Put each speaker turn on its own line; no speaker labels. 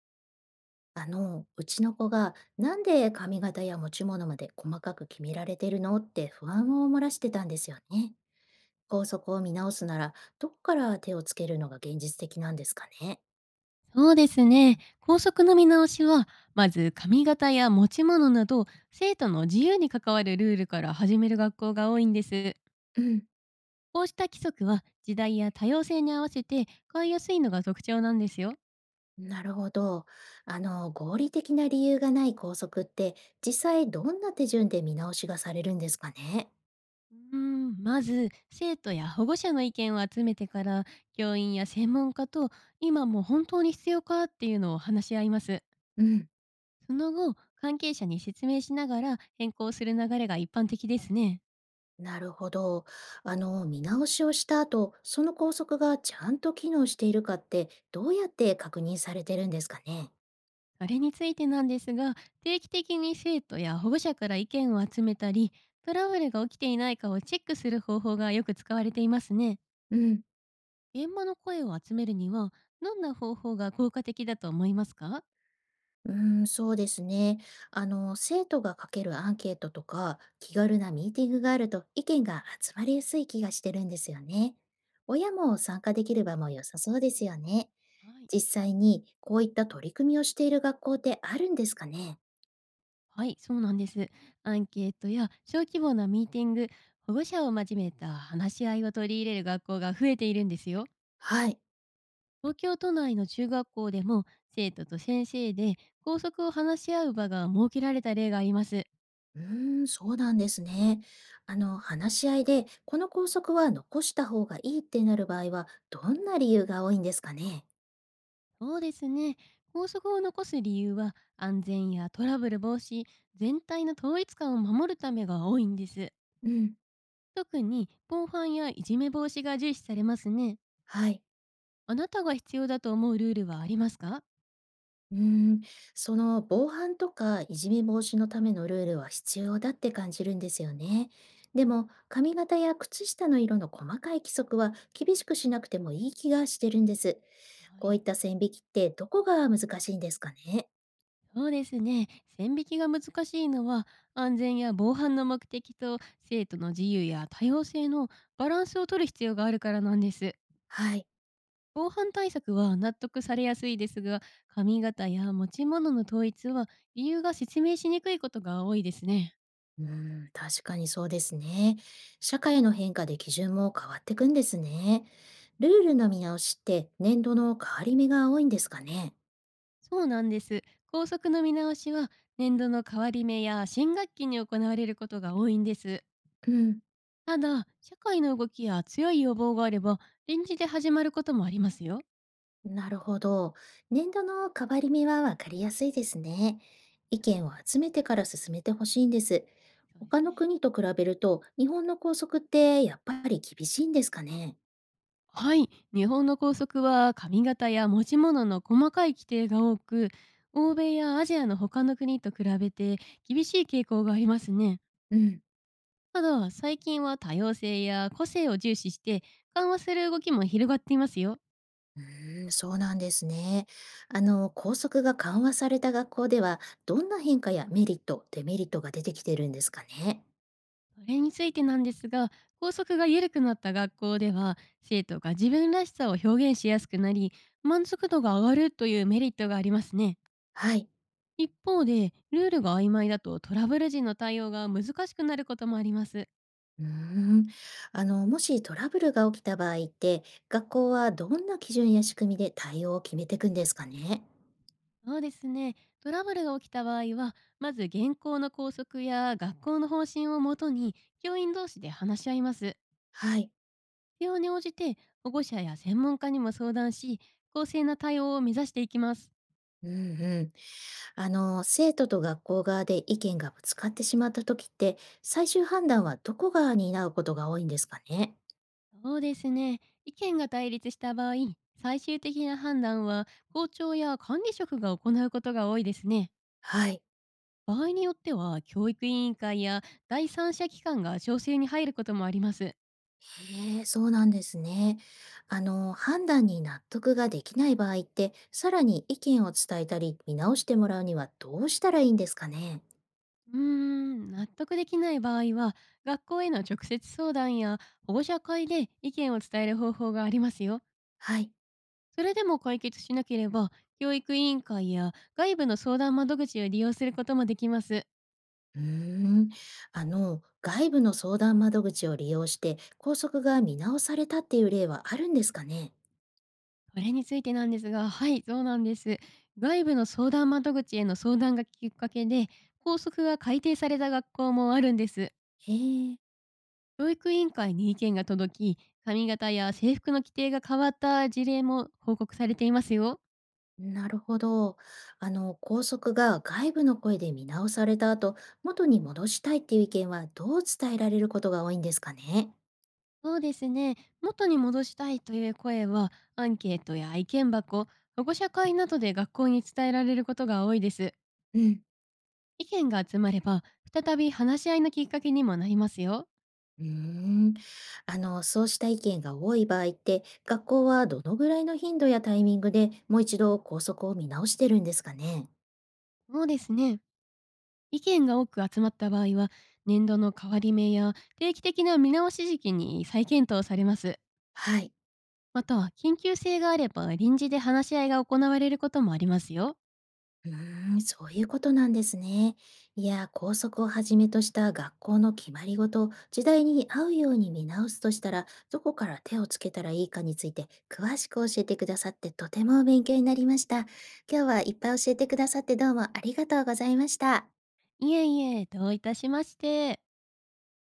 うちの子がなんで髪型や持ち物まで細かく決められてるのって不安を漏らしてたんですよね。校則を見直すなら、どこから手をつけるのが現実的なんですかね。
そうですね。校則の見直しは、まず髪型や持ち物など、生徒の自由に関わるルールから始める学校が多いんです。
うん。
こうした規則は、時代や多様性に合わせて変えやすいのが特徴なんですよ。
なるほど。合理的な理由がない校則って、実際どんな手順で見直しがされるんですかね。
まず、生徒や保護者の意見を集めてから、教員や専門家と、今もう本当に必要かっていうのを話し合います。
うん。
その後、関係者に説明しながら変更する流れが一般的ですね。
なるほど。見直しをした後、その校則がちゃんと機能しているかって、どうやって確認されてるんですかね。
それについてなんですが、定期的に生徒や保護者から意見を集めたり、トラブルが起きていないかをチェックする方法がよく使われていますね。
うん。
現場の声を集めるには、どんな方法が効果的だと思いますか？は
うーん、そうですね。生徒が書けるアンケートとか、気軽なミーティングがあると意見が集まりやすい気がしてるんですよね。親も参加できる場も良さそうですよね。
い。
実際にこういった取り組みをしている学校ってあるんですかね。
はい、そうなんです。アンケートや小規模なミーティング、保護者を交えた話し合いを取り入れる学校が増えているんですよ。
はい。
東京都内の中学校でも生徒と先生で校則を話し合う場が設けられた例があります。
うーん、そうなんですね。話し合いで、この校則は残した方がいいってなる場合は、どんな理由が多いんですかね。
そうですね。校則を残す理由は安全やトラブル防止、全体の統一感を守るためが多いんです。
うん。
特に防犯やいじめ防止が重視されますね。
はい。
あなたが必要だと思うルールはありますか？
うーん、その防犯とかいじめ防止のためのルールは必要だって感じるんですよね。でも髪型や靴下の色の細かい規則は厳しくしなくてもいい気がしてるんです。
は
こういっ
い。
た線引きってどこが難しいんですかね。
そうですね。線引きが難しいのは安全や防犯の目的と生徒の自由や多様性のバランスを取る必要があるからなんです。
はい。
防犯対策は納得されやすいですが、髪型や持ち物の統一は理由が説明しにくいことが多いですね。
うーん、確かにそうですね。社会の変化で基準も変わってくんですね。ルールの見直しって年度の変わり目が多いんですかね。
そうなんです。校則の見直しは年度の変わり目や新学期に行われることが多いんです。
うん。
ただ、社会の動きや強い予防があれば、臨時で始まることもありますよ。
なるほど。年度の変わり目はわかりやすいですね。意見を集めてから進めてほしいんです。
そうで
他
す
の
ね。
国と比べると、日本の校則ってやっぱり厳しいんですかね。
はい、日本の校則は髪型や持ち物の細かい規定が多く、欧米やアジアの他の国と比べて厳しい傾向がありますね。
うん。
ただ、最近は多様性や個性を重視して緩和する動きも広がっていますよ。
うーん、そうなんですね。校則が緩和された学校では、どんな変化やメリット、デメリットが出てきてるんですかね。
それについてなんですが、校則が緩くなった学校では、生徒が自分らしさを表現しやすくなり、満足度が上がるというメリットがありますね。
はい。
一方で、ルールが曖昧だとトラブル時の対応が難しくなることもあります。
うーん。もしトラブルが起きた場合って、学校はどんな基準や仕組みで対応を決めていくんですかね。
そうですね。トラブルが起きた場合は、まず現行の校則や学校の方針をもとに、教員同士で話し合います。
はい。
必要に応じて保護者や専門家にも相談し、公正な対応を目指していきます。
うんうん。生徒と学校側で意見がぶつかってしまった時って、最終判断はどこが担うことが多いんですかね。
そうですね。意見が対立した場合、最終的な判断は校長や管理職が行うことが多いですね。
はい。
場合によっては教育委員会や第三者機関が調整に入ることもあります。
へえ、そうなんですね。判断に納得ができない場合って、さらに意見を伝えたり、見直してもらうにはどうしたらいいんですかね。
納得できない場合は学校への直接相談や保護者会で意見を伝える方法がありますよ。
はい。
それでも解決しなければ、教育委員会や外部の相談窓口を利用することもできます。
うーん。外部の相談窓口を利用して、校則が見直されたっていう例はあるんですかね。
これについてなんですが、はい、そうなんです。外部の相談窓口への相談がきっかけで、校則が改定された学校もあるんです。
へえ。
教育委員会に意見が届き、髪型や制服の規定が変わった事例も報告されていますよ。
なるほど。校則が外部の声で見直された後、元に戻したいっていう意見はどう伝えられることが多いんですかね。
そうですね。元に戻したいという声は、アンケートや意見箱、保護者会などで学校に伝えられることが多いです。
うん。
意見が集まれば、再び話し合いのきっかけにもなりますよ。
うーん。そうした意見が多い場合って、学校はどのぐらいの頻度やタイミングでもう一度校則を見直してるんですかね。
そうですね。意見が多く集まった場合は、年度の変わり目や定期的な見直し時期に再検討されます。
はい。
または、緊急性があれば臨時で話し合いが行われることもありますよ。
うーん、そういうことなんですね。いや、校則をはじめとした学校の決まりごと、時代に合うように見直すとしたら、どこから手をつけたらいいかについて、詳しく教えてくださって、とても勉強になりました。今日はいっぱい教えてくださってどうもありがとうございました。
いえいえ、どういたしまして。